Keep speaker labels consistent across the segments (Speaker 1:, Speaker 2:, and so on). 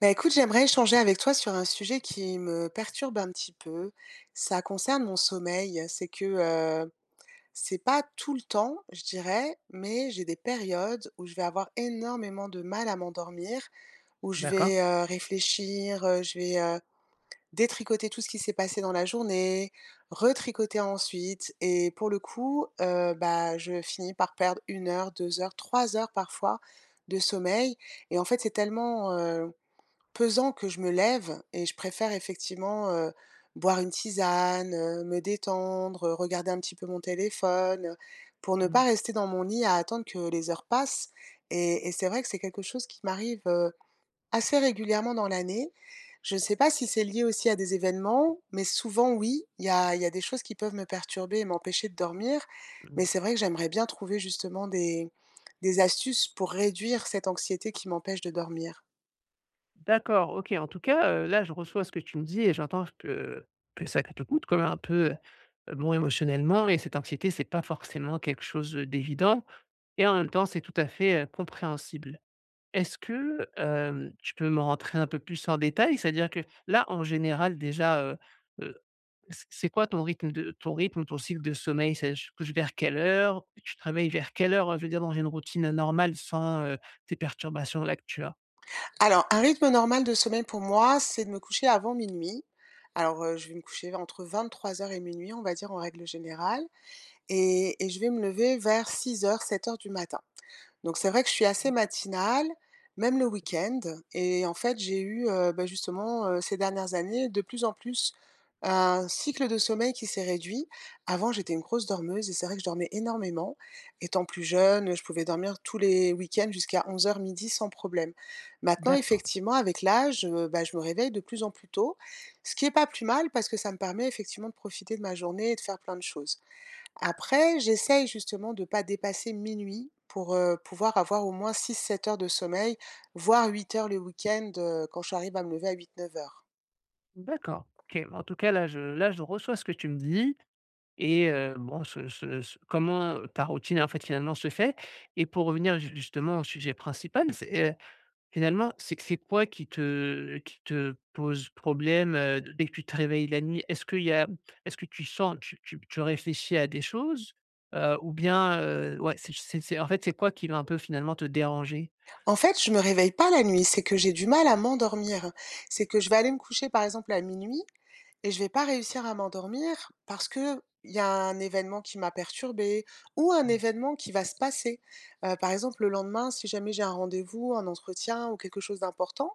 Speaker 1: Bah, écoute, j'aimerais échanger avec toi sur un sujet qui me perturbe un petit peu. Ça concerne mon sommeil. C'est que, heu, c'est pas tout le temps, je dirais, mais j'ai des périodes où je vais avoir énormément de mal à m'endormir, où je
Speaker 2: D'accord.
Speaker 1: vais, réfléchir, je vais, détricoter tout ce qui s'est passé dans la journée, retricoter ensuite et pour le coup, bah, je finis par perdre 1 h, 2 h, 3 h parfois de sommeil et en fait, c'est tellement pesant que je me lève et je préfère effectivement, boire une tisane, me détendre, regarder un petit peu mon téléphone, pour ne pas
Speaker 2: Mmh
Speaker 1: rester dans mon lit à attendre que les heures passent et c'est vrai que c'est quelque chose qui m'arrive, assez régulièrement dans l'année. Je ne sais pas si c'est lié aussi à des événements, mais souvent oui, il y a des choses qui peuvent me perturber et m'empêcher de dormir,
Speaker 2: mh.
Speaker 1: mais c'est vrai que j'aimerais bien trouver justement des astuces pour réduire cette anxiété qui m'empêche de dormir.
Speaker 2: D'accord, OK. En tout cas, là, je reçois ce que tu me dis et j'entends que ça te coûte quand même un peu, bon, émotionnellement et cette anxiété, c'est pas forcément quelque chose d'évident et en même temps, c'est tout à fait, compréhensible. Est-ce que, tu peux me rentrer un peu plus en détail? C'est-à-dire que là, en général, déjà, c'est quoi ton rythme, ton cycle de sommeil? C'est je couche vers quelle heure? Tu te vers quelle heure? Je veux dire dans une routine normale sans, ces perturbations-là que tu as.
Speaker 1: Alors, un rythme normal de sommeil pour moi, c'est de me coucher avant minuit. Alors, je vais me coucher entre 23 h et minuit, on va dire, en règle générale. Et je vais me lever vers 6 h, 7 h du matin. Donc c'est vrai que je suis
Speaker 2: Ah.
Speaker 1: assez matinale, même le week-end et en fait, j'ai eu, bah, justement, ces dernières années, de plus en plus, un cycle de sommeil qui s'est réduit. Avant, j'étais une grosse dormeuse et c'est vrai que je dormais énormément. Étant plus jeune, je pouvais dormir tous les week-ends jusqu'à 11 h midi sans problème. Maintenant,
Speaker 2: D'accord.
Speaker 1: effectivement, avec l'âge, bah, je me réveille de plus en plus tôt, ce qui est pas plus mal parce que ça me permet effectivement de profiter de ma journée et de faire plein de choses. Après, j'essaye justement de pas dépasser minuit pour, pouvoir avoir au moins 6, 7 h de sommeil, voire 8 h le week-end, quand j'arrive à me lever à 8, 9 h.
Speaker 2: D'accord, OK. En tout cas, là, je reçois ce que tu me dis et bon, ce ce ce comment ta routine, en fait, finalement, se fait et pour revenir ju justement au sujet principal, c'est, finalement, c'est quoi qui te pose problème, dès que tu te réveilles la nuit? Est-ce qu'il y a Est-ce que tu sens tu tu tu réfléchis à des choses, ou bien, ouais, c'est en fait, c'est quoi qui va un peu, finalement, te déranger?
Speaker 1: En fait, je me réveille pas la nuit, c'est que j'ai du mal à m'endormir. C'est que je vais aller me coucher, par exemple, à minuit. Et je vais pas réussir à m'endormir parce que il y a un événement qui m'a perturbée ou un événement qui va se passer. Par exemple, le lendemain, si jamais j'ai un rendez-vous, un entretien ou quelque chose d'important,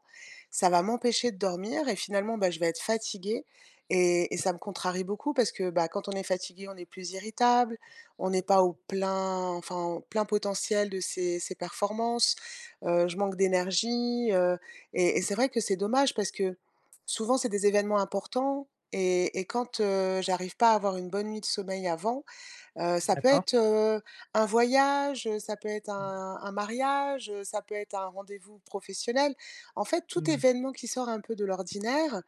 Speaker 1: ça va m'empêcher de dormir et finalement, bah, je vais être fatiguée et ça me contrarie beaucoup parce que, bah, quand on est fatigué, on est plus irritable, on n'est pas au plein enfin, au plein potentiel de ses performances, je manque d'énergie, et c'est vrai que c'est dommage parce que souvent, c'est des événements importants et quand, j'arrive pas à avoir une bonne nuit de sommeil avant, ça peut
Speaker 2: D'accord.
Speaker 1: être, un voyage, ça peut être un mariage, ça peut être un rendez-vous professionnel. En fait, tout
Speaker 2: Mmh mh.
Speaker 1: événement qui sort un peu de l'ordinaire,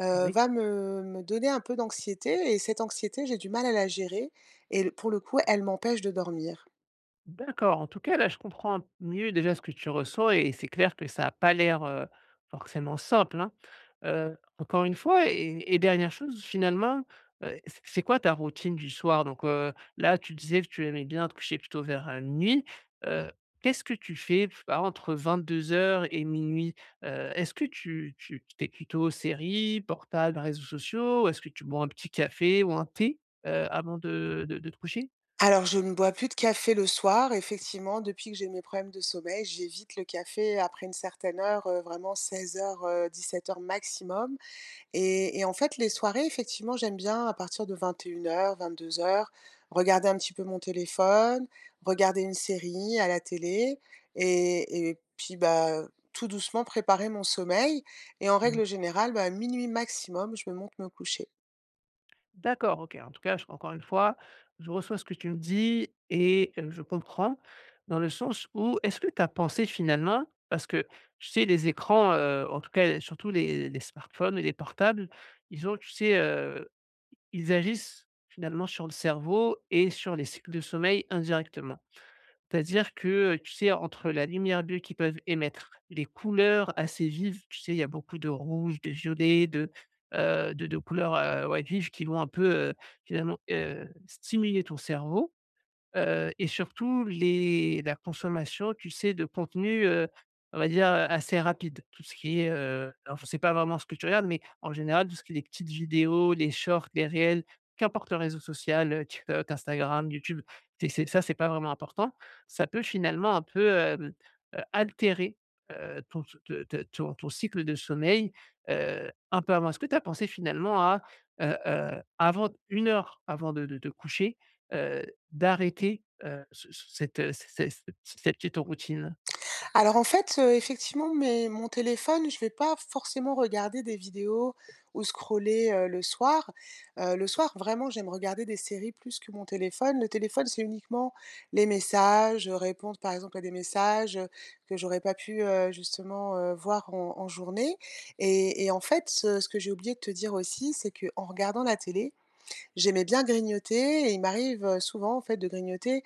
Speaker 2: Oui.
Speaker 1: va me donner un peu d'anxiété et cette anxiété, j'ai du mal à la gérer et le pour le coup, elle m'empêche de dormir.
Speaker 2: D'accord, en tout cas, là, je comprends mieux déjà ce que tu ressens et c'est clair que ça a pas l'air, forcément simple, hein. Encore une fois et dernière chose, finalement, c'est quoi ta routine du soir? Donc, là, tu disais que tu aimais bien te coucher plutôt vers, minuit. Heu, Qu'est-ce que tu fais, je sais pas, entre 22:00 et minuit? Est-ce que tu es plutôt série, portable, réseaux sociaux? Ou est-ce que tu bois un petit café ou un thé? Avant de te coucher?
Speaker 1: Alors je ne bois plus de café le soir. Effectivement, depuis que j'ai mes problèmes de sommeil, j'évite le café après une certaine heure, vraiment 16 h, heures maximum. Et en fait, les soirées, effectivement, j'aime bien à partir de 2100 heures, regarder un petit peu mon téléphone, regarder une série à la télé et puis, bah, tout doucement préparer mon sommeil et en
Speaker 2: Mmh.
Speaker 1: règle générale, bah, à maximum, je me monte me coucher.
Speaker 2: D'accord, OK. En tout cas, je encore une fois, je reçois ce que tu me dis et je comprends dans le sens où est-ce que tu as pensé finalement parce que tu sais les écrans, en tout cas surtout les smartphones et les portables, ils ont tu sais, ils agissent finalement sur le cerveau et sur les cycles de sommeil indirectement. C'est-à-dire que, tu sais, entre la lumière bleue qu'ils peuvent émettre, les couleurs assez vives, tu sais, il y a beaucoup de rouge, de violet, de couleurs, ouais, vives qui vont un peu, finalement, stimuler ton cerveau. Et surtout les la consommation, tu sais, de contenu, on va dire, assez rapide. Tout ce qui est, Alors je ne sais pas vraiment ce que tu regardes, mais en général, tout ce qui est les petites vidéos, les shorts, les reels, qu'importe le réseau social, TikTok, Instagram, YouTube, c'est ça, c'est pas vraiment important. Ça peut finalement un peu, altérer, ton te te ton ton cycle de sommeil, un peu avant. Est-ce que tu as pensé finalement à, avant une heure avant de te coucher, d'arrêter, ce ce cette, c c cette petite routine.
Speaker 1: Alors en fait, effectivement, mais mon téléphone, je vais pas forcément regarder des vidéos ou scroller, le soir. Le soir, vraiment, j'aime regarder des séries plus que mon téléphone. Le téléphone, c'est uniquement les messages, répondre par exemple à des messages, que j'aurais pas pu, justement, voir en journée et en fait, ce que j'ai oublié de te dire aussi, c'est qu'en regardant la télé, j'aimais bien grignoter et il m'arrive, souvent en fait de grignoter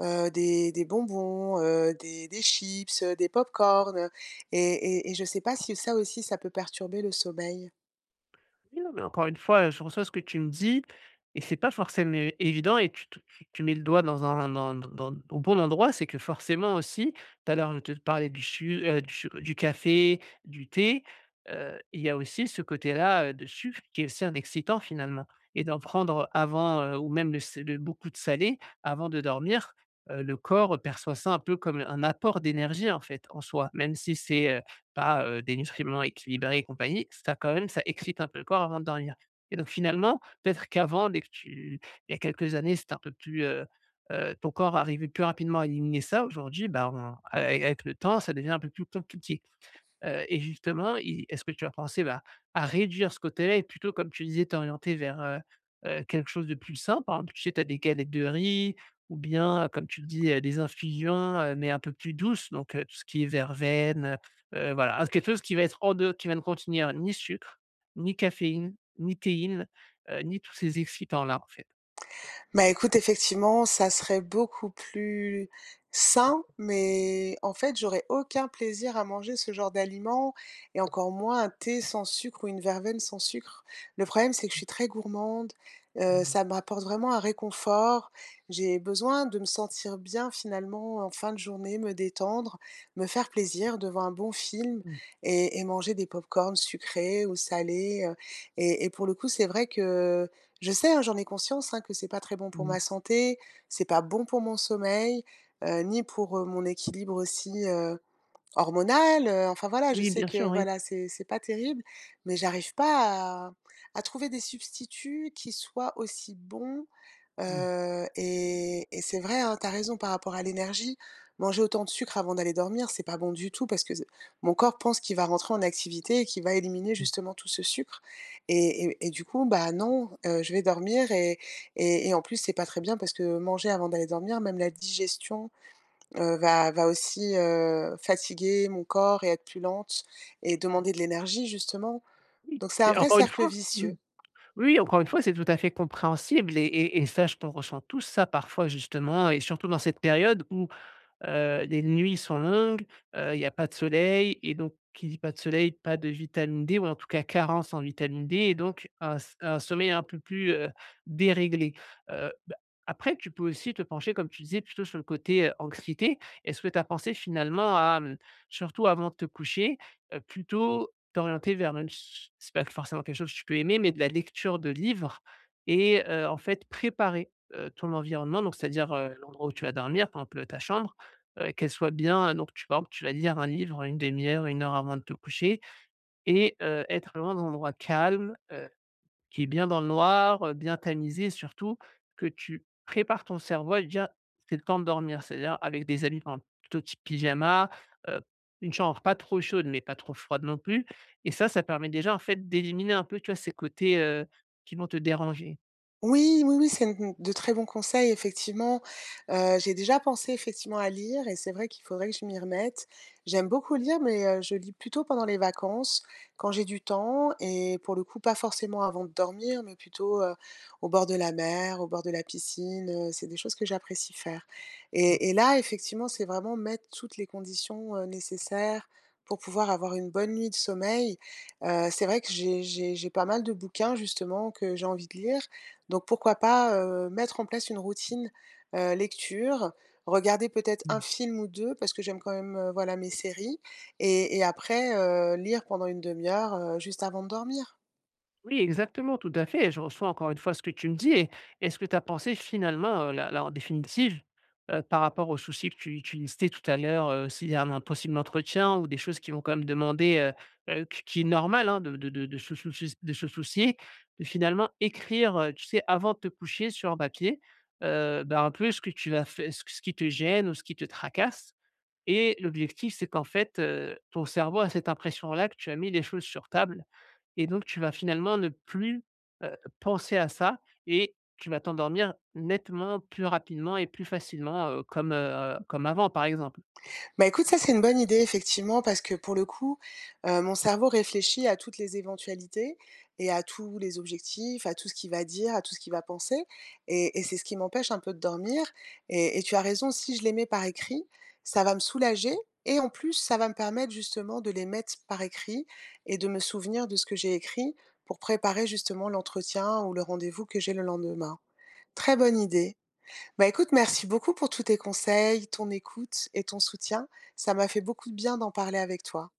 Speaker 1: des bonbons, des chips, des pop-corn, et et je ne sais pas si ça aussi, ça peut perturber le sommeil?
Speaker 2: Oui, non, mais encore une fois, je reçois ce que tu me dis et c'est pas forcément é évident et tu te tu tu mets le doigt dans un dans dans au bon endroit. C'est que forcément aussi, tout à l'heure, je te parlais du café, du thé, il y a aussi ce côté-là, de sucre qui est aussi un excitant finalement et d'en prendre avant, ou même le s le beaucoup de salé avant de dormir, le corps perçoit ça un peu comme un apport d'énergie en fait, en soi, même si c'est, pas, des nutriments équilibrés et compagnie, ça quand même, ça excite un peu le corps avant de dormir et donc finalement, peut-être qu'avant dès que tu il y a quelques années, c'était un peu plus, ton corps arrivait plus rapidement à éliminer ça. Aujourd'hui, bah, on avec avec le temps, ça devient un peu plus compliqué. Et justement, i est-ce que tu as pensé, bah, à réduire ce côté-là et plutôt, comme tu disais, t'orienter vers, quelque chose de plus simple. Par exemple, tu sais, tu as des galettes de riz ou bien, comme tu le dis, des infusions, mais un peu plus douces, donc tout ce qui est verveine, voilà, hein, quelque chose qui va être en deux, qui va ne contenir ni sucre, ni caféine, ni théine, ni tous ces excitants-là, en fait.
Speaker 1: Bah, écoute, effectivement, ça serait beaucoup plus sain, mais en fait, j'aurais aucun plaisir à manger ce genre d'aliments et encore moins un thé sans sucre ou une verveine sans sucre. Le problème, c'est que je suis très gourmande,
Speaker 2: Mmh,
Speaker 1: ça me rapporte vraiment un réconfort. J'ai besoin de me sentir bien finalement en fin de journée, me détendre, me faire plaisir devant un bon film
Speaker 2: mmh,
Speaker 1: et manger des pop-corns sucrés ou salés, et pour le coup, c'est vrai que je sais, hein, j'en ai conscience, hein, que c'est pas très bon pour
Speaker 2: mmh.
Speaker 1: ma santé, c'est pas bon pour mon sommeil, ni pour, mon équilibre aussi, hormonal, enfin voilà, je
Speaker 2: Oui,
Speaker 1: sais
Speaker 2: bien
Speaker 1: que
Speaker 2: sûr, oui.
Speaker 1: voilà, c'est pas terrible, mais j'arrive pas à trouver des substituts qui soient aussi bons.
Speaker 2: Mmh,
Speaker 1: Et c'est vrai, hein, tu as raison par rapport à l'énergie. Manger autant de sucre avant d'aller dormir, c'est pas bon du tout parce que mon corps pense qu'il va rentrer en activité et qu'il va éliminer
Speaker 2: mmh.
Speaker 1: justement tout ce sucre et du coup, bah, non, je vais dormir et en plus, c'est pas très bien parce que manger avant d'aller dormir, même la digestion, va aussi, fatiguer mon corps et être plus lente et demander de l'énergie justement.
Speaker 2: Oui,
Speaker 1: Donc c'est un
Speaker 2: c'est
Speaker 1: vrai
Speaker 2: encore une
Speaker 1: cercle
Speaker 2: fois mmh.
Speaker 1: vicieux.
Speaker 2: Oui, encore une fois, c'est tout à fait compréhensible et sache qu'on ressent tous ça parfois justement et surtout dans cette période où les nuits sont longues, il n'y a pas de soleil et donc qui dit pas de soleil, pas de vitamine D ou en tout cas carence en vitamine D et donc un sommeil un peu plus, déréglé. Bah, après tu peux aussi te pencher comme tu disais plutôt sur le côté, anxiété. Est-ce que tu as pensé finalement à, surtout avant de te coucher, plutôt t'orienter vers même ch c'est pas forcément quelque chose que tu peux aimer, mais de la lecture de livres et en fait préparer, ton environnement donc c'est-à-dire, l'endroit où tu vas dormir, par exemple, ta chambre, qu'elle soit bien, donc tu par exemple, tu vas lire un livre une demi-heure, une heure avant de te coucher et être vraiment dans un endroit calme, qui est bien dans le noir, bien tamisé surtout que tu prépares ton cerveau à lui dire: «C'est le temps de dormir». C'est-à-dire avec des habits, par exemple, plutôt type pyjama, heu, une chambre pas trop chaude, mais pas trop froide non plus et ça permet déjà, en fait, d'éliminer un peu, tu vois, ces côtés, qui vont te déranger.
Speaker 1: Oui, oui, oui, c'est une de très bons conseils effectivement. J'ai déjà pensé effectivement à lire et c'est vrai qu'il faudrait que je m'y remette. J'aime beaucoup lire, mais je lis plutôt pendant les vacances, quand j'ai du temps et pour le coup pas forcément avant de dormir, mais plutôt, au bord de la mer, au bord de la piscine, c'est des choses que j'apprécie faire et là effectivement, c'est vraiment mettre toutes les conditions, nécessaires pour pouvoir avoir une bonne nuit de sommeil. C'est vrai que j'ai pas mal de bouquins justement que j'ai envie de lire donc pourquoi pas, mettre en place une routine, lecture, regarder peut-être un film ou 2 parce que j'aime quand même, voilà, mes séries et après, lire pendant une demi heure, juste avant de dormir.
Speaker 2: Oui, exactement, tout à fait. Je reçois encore une fois ce que tu me dis. Et est-ce que tu as pensé finalement, là, en définitive, par rapport aux soucis que tu listais tout à l'heure, s'il y a un possible entretien ou des choses qui vont quand même demander, qui est normal, hein, de se soucier, de finalement écrire, tu sais, avant de te coucher sur un papier, ben, un peu ce que tu vas faire, ce qui te gêne ou ce qui te tracasse. Et l'objectif, c'est qu'en fait, ton cerveau a cette impression-là que tu as mis les choses sur table et donc tu vas finalement ne plus, penser à ça et tu vas t'endormir nettement plus rapidement et plus facilement, comme avant, par exemple.
Speaker 1: Bah, écoute, ça, c'est une bonne idée effectivement parce que pour le coup, mon cerveau réfléchit à toutes les éventualités et à tous les objectifs, à tout ce qu'il va dire, à tout ce qu'il va penser et c'est ce qui m'empêche un peu de dormir et tu as raison, si je les mets par écrit, ça va me soulager et en plus, ça va me permettre justement de les mettre par écrit et de me souvenir de ce que j'ai écrit pour préparer justement l'entretien ou le rendez-vous que j'ai le lendemain. Très bonne idée. Bah, écoute, merci beaucoup pour tous tes conseils, ton écoute et ton soutien. Ça m'a fait beaucoup de bien d'en parler avec toi.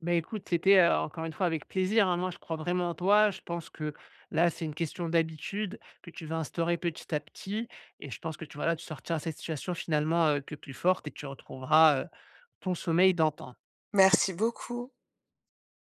Speaker 2: Ben écoute, c'était, encore une fois avec plaisir, hein. Moi, je crois vraiment en toi. Je pense que là, c'est une question d'habitude que tu vas instaurer petit à petit et je pense que voilà, tu sortiras de cette situation finalement, que plus forte et tu retrouveras, ton sommeil d'antan.
Speaker 1: Merci beaucoup.